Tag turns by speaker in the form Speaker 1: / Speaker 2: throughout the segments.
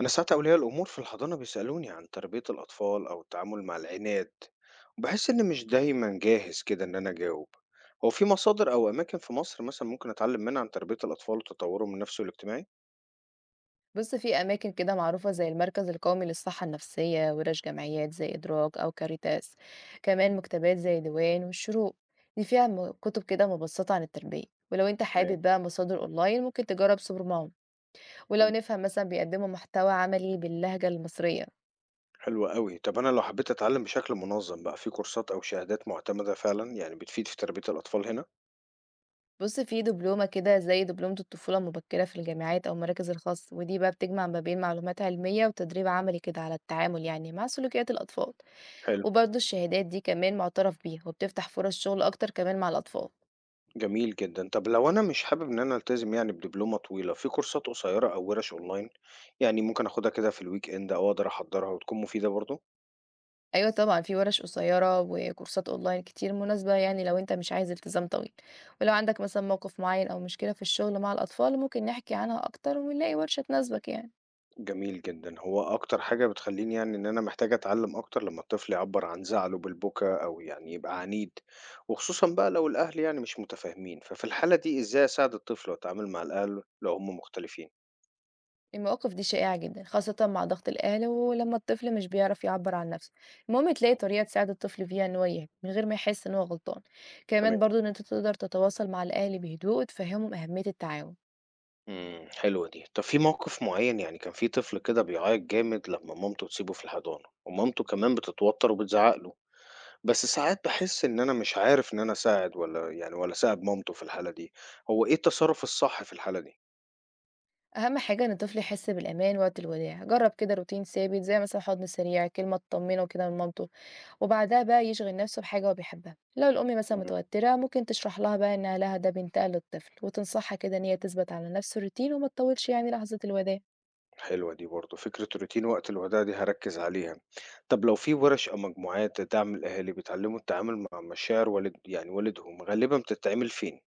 Speaker 1: أنا ساعات أولياء الأمور في الحضانة بيسألوني عن تربية الأطفال أو التعامل مع العناد، وبحس إن مش دايما جاهز كده إن أنا أجاوب. هو في مصادر أو أماكن في مصر مثلا ممكن أتعلم منها عن تربية الأطفال وتطورهم النفسي والاجتماعي؟
Speaker 2: بُص، في أماكن كده معروفة زي المركز القومي للصحة النفسية، وورش جمعيات زي إدراك أو كاريتاس، كمان مكتبات زي ديوان والشروق، دي فيها كتب كده مبسطة عن التربية، ولو أنت
Speaker 1: تمام.
Speaker 2: حابب بقى مصادر أونلاين ممكن تجرب سوبر مام، ولو
Speaker 1: مم.
Speaker 2: نفهم مثلًا بيقدموا محتوى عملي باللهجة المصرية.
Speaker 1: حلو قوي. طب أنا لو حبيت أتعلم بشكل منظم بقى، في كورسات أو شهادات معتمدة فعلا يعني بتفيد في تربية الأطفال هنا؟
Speaker 2: بُص، في دبلومة كده زي دبلومة الطفولة المبكرة في الجامعات أو المراكز الخاصة، ودي بقى بتجمع ما بين معلومات علمية وتدريب عملي كده على التعامل يعني مع سلوكيات الأطفال.
Speaker 1: حلو.
Speaker 2: وبرضه الشهادات دي كمان معترف بيها وبتفتح فرص شغل أكتر كمان مع الأطفال.
Speaker 1: جميل جدا. طب لو أنا مش حابب إن أنا ألتزم يعني بدبلومة طويلة، في كورسات قصيرة أو ورش أونلاين، يعني ممكن أخدها كده في الويك إند أو أقدر أحضرها وتكون مفيدة برضه؟
Speaker 2: أيوة طبعا، في ورش قصيرة وكورسات أونلاين كتير مناسبة يعني لو أنت مش عايز التزام طويل. ولو عندك مثلا موقف معين أو مشكلة في الشغل مع الأطفال، ممكن نحكي عنها أكتر ونلاقي ورشة تناسبك يعني.
Speaker 1: جميل جدًا. هو أكتر حاجة بتخلّيني يعني إن أنا محتاج أتعلّم أكتر لمّا الطفل يعبّر عن زعله بالبكا أو يعني يبقى عنيد، وخصوصًا بقى لو الأهل يعني مش متفاهمين، ففي الحالة دي إزاي أساعد الطفل وأتعامل مع الأهل لو هم مختلفين؟
Speaker 2: المواقف دي شائعة جدا، خاصة مع ضغط الأهل ولما الطفل مش بيعرف يعبر عن نفسه. المهم تلاقي طريقة تساعد الطفل فيها إن هو يهدى من غير ما يحس إن هو غلطان. كمان
Speaker 1: تمام.
Speaker 2: برضه إن أنت تقدر تتواصل مع الأهل بهدوء وتفهمهم أهمية التعاون.
Speaker 1: حلوة دي. طب في موقف معيّن يعني كان في طفل كده بيعيّط جامد لمّا مامته تسيبه في الحضانة، ومامته كمان بتتوتر وبتزعّق له، بس ساعات باحس إن أنا مش عارف إن أنا أساعد والّا أساعد مامته في الحالة دي، هو إيه التصرُّف الصح في الحالة دي؟
Speaker 2: أهم حاجة إن الطفل يحس بالأمان وقت الوداع. جرب كده روتين ثابت، زي مثلا حضن سريع، كلمة تطمنه كده من مامته، وبعدها بقى يشغل نفسه بحاجة هو بيحبها. لو الأم مثلا
Speaker 1: إمم.
Speaker 2: متوترة، ممكن تشرح لها بقى إنها لها ده بينتقل للطفل، وتنصحها كده إن هي تثبت على نفس الروتين وما تطولش يعني لحظة الوداع.
Speaker 1: حلوة دي برضه، فكرة روتين وقت الوداع دي هاركّز عليها. طب لو في ورش أو مجموعات تدعم الأهالي بيتعلموا التعامل مع مشاعر والد يعني والدهم، غالبًا بتتعمل فين؟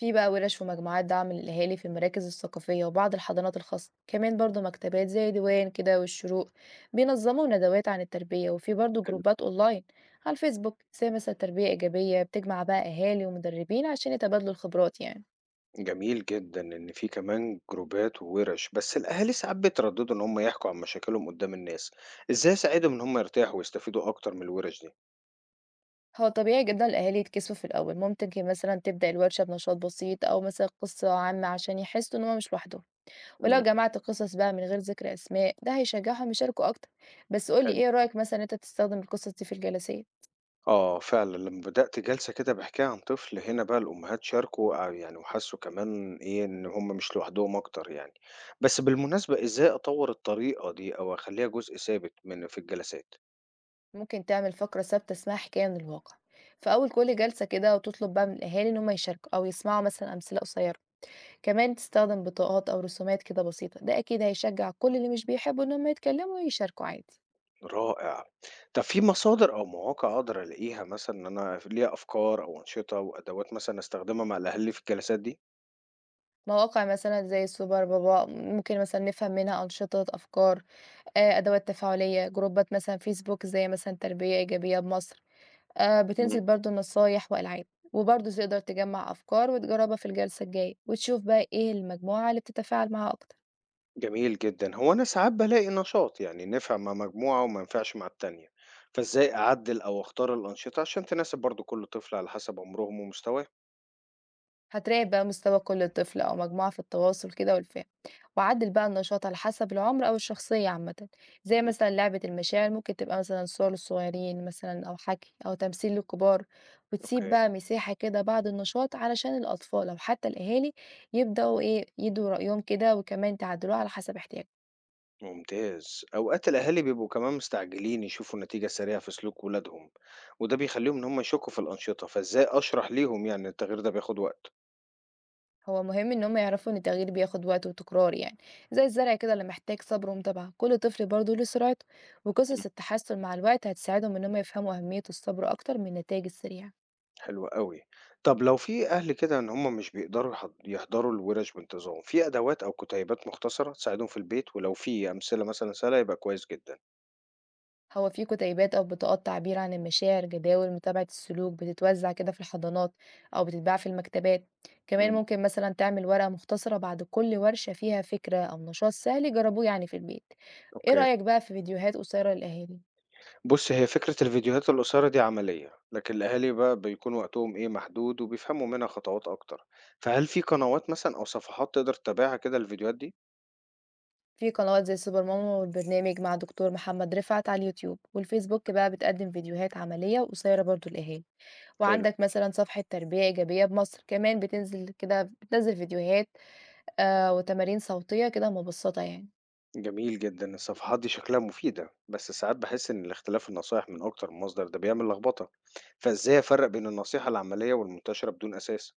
Speaker 2: في بقى ورش ومجموعات دعم للأهالي في المراكز الثقافية وبعض الحضانات الخاصة، كمان برضو مكتبات زي ديوان كده والشروق بينظموا ندوات عن التربية، وفي برضو
Speaker 1: حلو.
Speaker 2: جروبات أونلاين على الفيسبوك زي مثلا تربية إيجابية، بتجمع بقى أهالي ومدربين عشان يتبادلوا الخبرات يعني.
Speaker 1: جميل جدًا إن في كمان جروبات وورش، بس الأهالي ساعات بيترددوا إن هم يحكوا عن مشاكلهم قدّام الناس، إزاي أساعدهم إن هم يرتاحوا ويستفيدوا أكتر من الورش دي؟
Speaker 2: هو طبيعي جدا الأهالي يتكسفوا في الأول. ممكن مثلا تبدأ الورشة بنشاط بسيط أو مثلا قصة عامة عشان يحسوا إن هما مش لوحدهم. ولو
Speaker 1: إمم،
Speaker 2: جمعت قصص بقى من غير ذكر أسماء، ده هيشجعهم يشاركوا أكتر. بس قولي
Speaker 1: حلو.
Speaker 2: إيه رأيك مثلا إن أنت تستخدم القصص دي في الجلسات.
Speaker 1: آه فعلًا، لمّا بدأت جلسة كده باحكيها عن طفل، هنا بقى الأمهات شاركوا، آه يعني، وحسوا كمان إيه، إن هم مش لوحدهم أكتر يعني. بس بالمناسبة إزاي أطوّر الطريقة دي أو أخلّيها جزء ثابت في الجلسات؟
Speaker 2: ممكن تعمل فقرة ثابتة اسمها حكاية من الواقع في أول كل جلسة كده، وتطلب بقى من الأهالي إن هم يشاركوا أو يسمعوا مثلا أمثلة قصيرة. كمان تستخدم بطاقات أو رسومات كده بسيطة، ده أكيد هيشجع كل اللي مش بيحبوا إن هم يتكلموا ويشاركوا عادي.
Speaker 1: رائع. طب في مصادر أو مواقع أقدر ألاقيها مثلًا إن أنا ليها أفكار أو أنشطة وأدوات مثلًا أستخدمها مع الأهالي في الجلسات دي؟
Speaker 2: مواقع مثلا زي السوبر بابا، ممكن مثلا نفهم منها أنشطة، أفكار، آه، أدوات تفاعلية. جروبات مثلا فيسبوك زي مثلا تربية إيجابية بمصر، آه، بتنزل برضو النصايح والألعاب. وبرضو تقدر تجمع أفكار وتجربها في الجلسة الجاية، وتشوف بقى إيه المجموعة اللي بتتفاعل معاها أكتر.
Speaker 1: جميل جدًا. هو أنا ساعات بالاقي نشاط، يعني نفع مع مجموعة وما ينفعش مع التانية، فإزاي أعدِّل أو أختار الأنشطة عشان تناسب برضه كل طفل على حسب عمرهم ومستواهم؟
Speaker 2: هتراقب بقى مستوى كل طفل أو مجموعة في التواصل كده والفهم، وعدل بقى النشاط على حسب العمر أو الشخصية عامة. زي
Speaker 1: إمم.
Speaker 2: مثلا لعبة المشاعر، ممكن تبقى مثلا صور للصغيرين مثلا، أو حكي أو تمثيل للكبار. وتسيب
Speaker 1: أوكي،
Speaker 2: بقى مساحة كده بعد النشاط علشان الأطفال أو حتى الأهالي يبدأوا إيه يدوا رأيهم كده، وكمان تعدلوه على حسب احتياجهم.
Speaker 1: ممتاز. أوقات الأهالي بيبقوا كمان مستعجلين يشوفوا نتيجة سريعة في سلوك ولادهم، وده بيخلّيهم إن هم يشكّوا في الأنشطة، فإزاي أشرح ليهم يعني التغيير ده بياخد وقت؟
Speaker 2: هو مهم إن هم يعرفوا إن التغيير بياخد وقت وتكرار يعني، زي الزرع كده اللي محتاج صبر ومتابعة. كل طفل برضه له سرعته، وقصص التحسن مع الوقت هتساعدهم إن هم يفهموا أهمية الصبر أكتر من النتائج السريعة.
Speaker 1: حلو أوي. طب لو في أهل كده إن هم مش بيقدروا يحضروا الورش بانتظام، في أدوات أو كتيبات مختصرة تساعدهم في البيت؟ ولو في أمثلة مثلًا سهلة يبقى كويس جدًا.
Speaker 2: هو في كتيبات أو بطاقات تعبير عن المشاعر، جداول متابعة السلوك، بتتوزع كده في الحضانات أو بتتباع في المكتبات. كمان
Speaker 1: إمم،
Speaker 2: ممكن مثلا تعمل ورقة مختصرة بعد كل ورشة فيها فكرة أو نشاط سهل يجربوه يعني في البيت. إيه
Speaker 1: أوكي.
Speaker 2: رأيك بقى في فيديوهات قصيرة للأهالي؟
Speaker 1: بُص، هي فكرة الفيديوهات القصيرة دي عملية، لكن الأهالي بقى بيكون وقتهم إيه، محدود وبيفهموا منها خطوات أكتر. فهل في قنوات مثلًا أو صفحات تقدر تتابعها كده الفيديوهات دي؟
Speaker 2: في قنوات زي سوبر ماما والبرنامج مع دكتور محمد رفعت على اليوتيوب والفيسبوك، بقى بتقدم فيديوهات عملية وقصيرة برضو للأهالي.
Speaker 1: حلو.
Speaker 2: وعندك مثلا صفحة تربية إيجابية بمصر، كمان بتنزل فيديوهات، آه، وتمارين صوتية كده مبسطة يعني.
Speaker 1: جميل جدًا، الصفحات دي شكلها مفيدة، بس ساعات باحس إن الاختلاف النصايح من أكتر من مصدر ده بيعمل لخبطة، فإزاي أفرّق بين النصيحة العملية والمنتشرة بدون أساس؟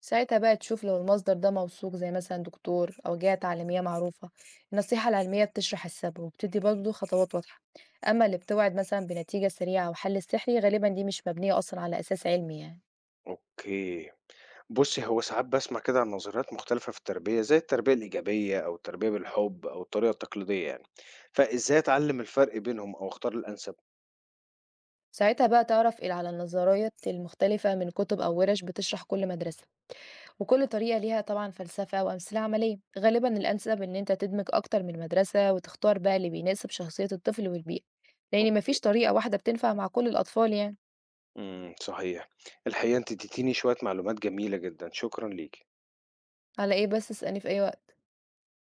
Speaker 2: ساعتها بقى تشوف لو المصدر ده موثوق، زي مثلا دكتور أو جهة تعليمية معروفة. النصيحة العلمية بتشرح السبب وبتدي برضو خطوات واضحة، أما اللي بتوعد مثلا بنتيجة سريعة أو حل سحري، غالبا دي مش مبنية أصلا على أساس علمي يعني.
Speaker 1: أوكي، بُصّي هو ساعات باسمع كده عن نظريات مختلفة في التربية، زي التربية الإيجابية أو التربية بالحب أو الطريقة التقليدية يعني، فإزاي أتعلم الفرق بينهم أو أختار الأنسب؟
Speaker 2: ساعتها بقى تعرف على النظريات المختلفة من كتب أو ورش بتشرح كل مدرسة. وكل طريقة ليها طبعا فلسفة وأمثلة عملية. غالبا
Speaker 1: مم.
Speaker 2: الأنسب إن أنت تدمج أكتر من مدرسة، وتختار بقى اللي بيناسب شخصية الطفل والبيئة، لأن مفيش
Speaker 1: أوكي،
Speaker 2: طريقة واحدة بتنفع مع كل الأطفال يعني.
Speaker 1: إمم، صحيح، الحقيقة أنتِ اديتيني شوية معلومات جميلة جدًا، شكرًا ليكِ.
Speaker 2: على إيه بس؟ اسألني في أي وقت.